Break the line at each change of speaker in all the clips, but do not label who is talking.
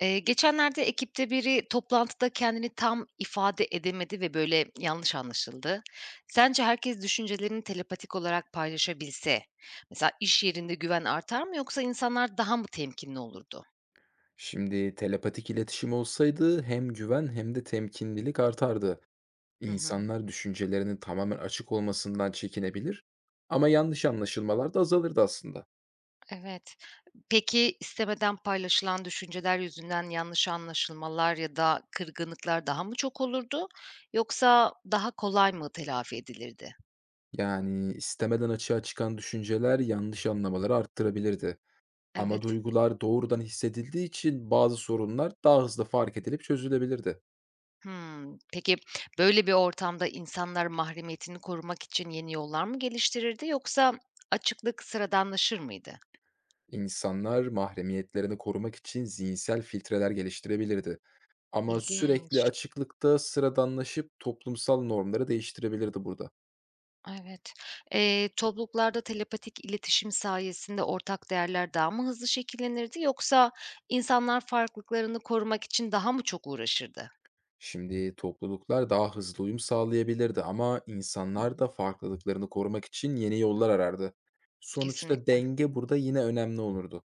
Geçenlerde ekipte biri toplantıda kendini tam ifade edemedi ve böyle yanlış anlaşıldı. Sence herkes düşüncelerini telepatik olarak paylaşabilse, mesela iş yerinde güven artar mı yoksa insanlar daha mı temkinli olurdu?
Şimdi telepatik iletişim olsaydı hem güven hem de temkinlilik artardı.
Hı hı,
İnsanlar düşüncelerinin tamamen açık olmasından çekinebilir ama yanlış anlaşılmalar da azalırdı aslında.
evet. Peki istemeden paylaşılan düşünceler yüzünden yanlış anlaşılmalar ya da kırgınlıklar daha mı çok olurdu yoksa daha kolay mı telafi edilirdi?
Yani istemeden açığa çıkan düşünceler yanlış anlamaları arttırabilirdi. Ama
Evet.
duygular doğrudan hissedildiği için bazı sorunlar daha hızlı fark edilip çözülebilirdi.
Hımm. Peki, böyle bir ortamda insanlar mahremiyetini korumak için yeni yollar mı geliştirirdi yoksa açıklık sıradanlaşır mıydı?
İnsanlar mahremiyetlerini korumak için zihinsel filtreler geliştirebilirdi. Ama sürekli
İlginç.
açıklıkta sıradanlaşıp toplumsal normları değiştirebilirdi burada.
Evet. Topluluklarda telepatik iletişim sayesinde ortak değerler daha mı hızlı şekillenirdi yoksa insanlar farklılıklarını korumak için daha mı çok uğraşırdı?
Şimdi topluluklar daha hızlı uyum sağlayabilirdi ama
Hı hı.
insanlar da farklılıklarını korumak için yeni yollar arardı. Sonuçta
Kesinlikle.
denge burada yine önemli olurdu.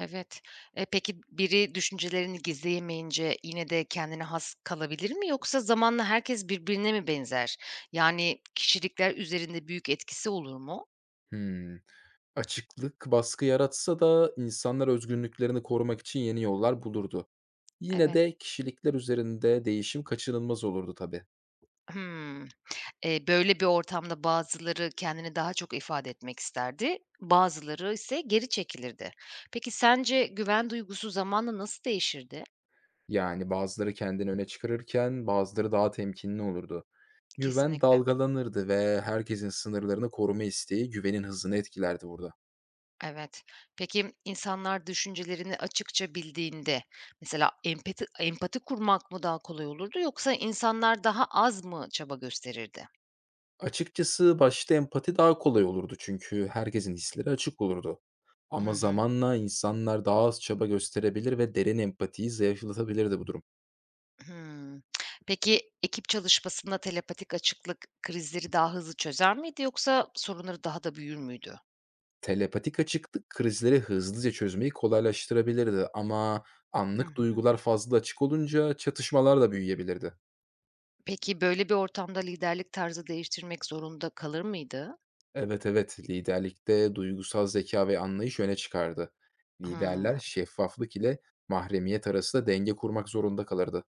Evet. E, peki biri düşüncelerini gizleyemeyince yine de kendine has kalabilir mi yoksa zamanla herkes birbirine mi benzer? Yani kişilikler üzerinde büyük etkisi olur mu?
Hmm. Açıklık baskı yaratsa da insanlar özgünlüklerini korumak için yeni yollar bulurdu. Yine
Evet.
de kişilikler üzerinde değişim kaçınılmaz olurdu tabii.
Hımm. Böyle bir ortamda bazıları kendini daha çok ifade etmek isterdi, bazıları ise geri çekilirdi. Peki sence güven duygusu zamanla nasıl değişirdi?
Yani bazıları kendini öne çıkarırken bazıları daha temkinli olurdu. Güven
Kesinlikle.
dalgalanırdı ve herkesin sınırlarını koruma isteği güvenin hızını etkilerdi burada.
Evet. Peki insanlar düşüncelerini açıkça bildiğinde mesela empati kurmak mı daha kolay olurdu yoksa insanlar daha az mı çaba gösterirdi?
Açıkçası başta empati daha kolay olurdu çünkü herkesin hisleri açık olurdu.
Hı
Ama
hı.
zamanla insanlar daha az çaba gösterebilir ve derin empatiyi zayıflatabilirdi bu durum.
Hımm. Peki ekip çalışmasında telepatik açıklık krizleri daha hızlı çözer miydi yoksa sorunları daha da büyür müydü?
Telepatik açıklık krizleri hızlıca çözmeyi kolaylaştırabilirdi ama
Hı
anlık
hı.
duygular fazla açık olunca çatışmalar da büyüyebilirdi.
Peki böyle bir ortamda liderlik tarzı değiştirmek zorunda kalır mıydı?
Evet, evet, liderlikte duygusal zeka ve anlayış öne çıkardı.
Hı.
Liderler şeffaflık ile mahremiyet arasında denge kurmak zorunda kalırdı.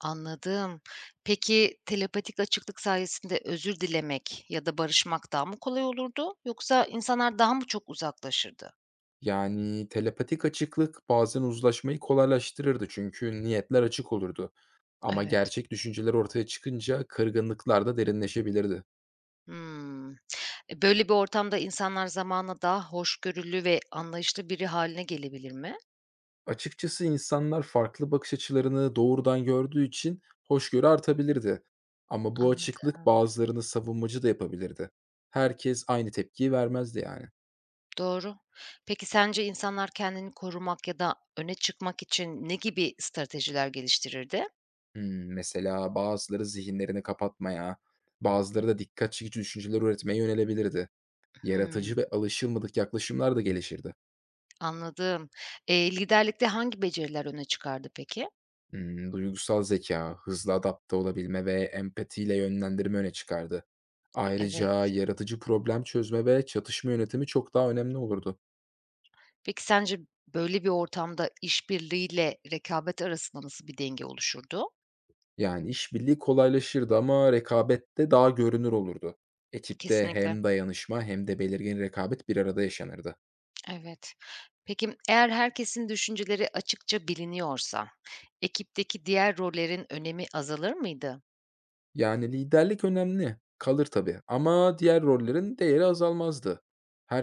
Anladım. Peki telepatik açıklık sayesinde özür dilemek ya da barışmak daha mı kolay olurdu yoksa insanlar daha mı çok uzaklaşırdı?
Yani telepatik açıklık bazen uzlaşmayı kolaylaştırırdı çünkü niyetler açık olurdu. Ama
Evet.
gerçek düşünceler ortaya çıkınca kırgınlıklar da derinleşebilirdi.
Hımm. E, böyle bir ortamda insanlar zamanla daha hoşgörülü ve anlayışlı biri haline gelebilir mi?
Açıkçası insanlar farklı bakış açılarını doğrudan gördüğü için hoşgörü artabilirdi. Ama bu açıklık
Anladım.
bazılarını savunmacı da yapabilirdi. Herkes aynı tepkiyi vermezdi yani.
Doğru. Peki sence insanlar kendini korumak ya da öne çıkmak için ne gibi stratejiler geliştirirdi?
Mesela bazıları zihinlerini kapatmaya, bazıları da dikkat çekici düşünceler üretmeye yönelebilirdi. Yaratıcı
Hımm.
ve alışılmadık yaklaşımlar da gelişirdi.
Anladım. Liderlikte hangi beceriler öne çıkardı peki?
Duygusal zekâ, hızlı adapte olabilme ve empatiyle yönlendirme öne çıkardı. Ayrıca
Evet.
yaratıcı problem çözme ve çatışma yönetimi çok daha önemli olurdu.
Peki sence böyle bir ortamda işbirliğiyle rekabet arasında nasıl bir denge oluşurdu?
Yani işbirliği kolaylaşırdı ama rekabet de daha görünür olurdu. Ekipte
Kesinlikle,
hem dayanışma hem de belirgin rekabet bir arada yaşanırdı.
evet. Peki eğer herkesin düşünceleri açıkça biliniyorsa, ekipteki diğer rollerin önemi azalır mıydı?
Yani, liderlik önemli, kalır tabii ama diğer rollerin değeri azalmazdı.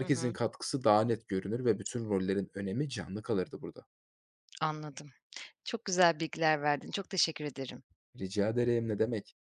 Hı hı,
katkısı daha net görünür ve bütün rollerin önemi canlı kalırdı burada.
anladım. Çok güzel bilgiler verdin. Çok teşekkür ederim.
Rica ederim, ne demek.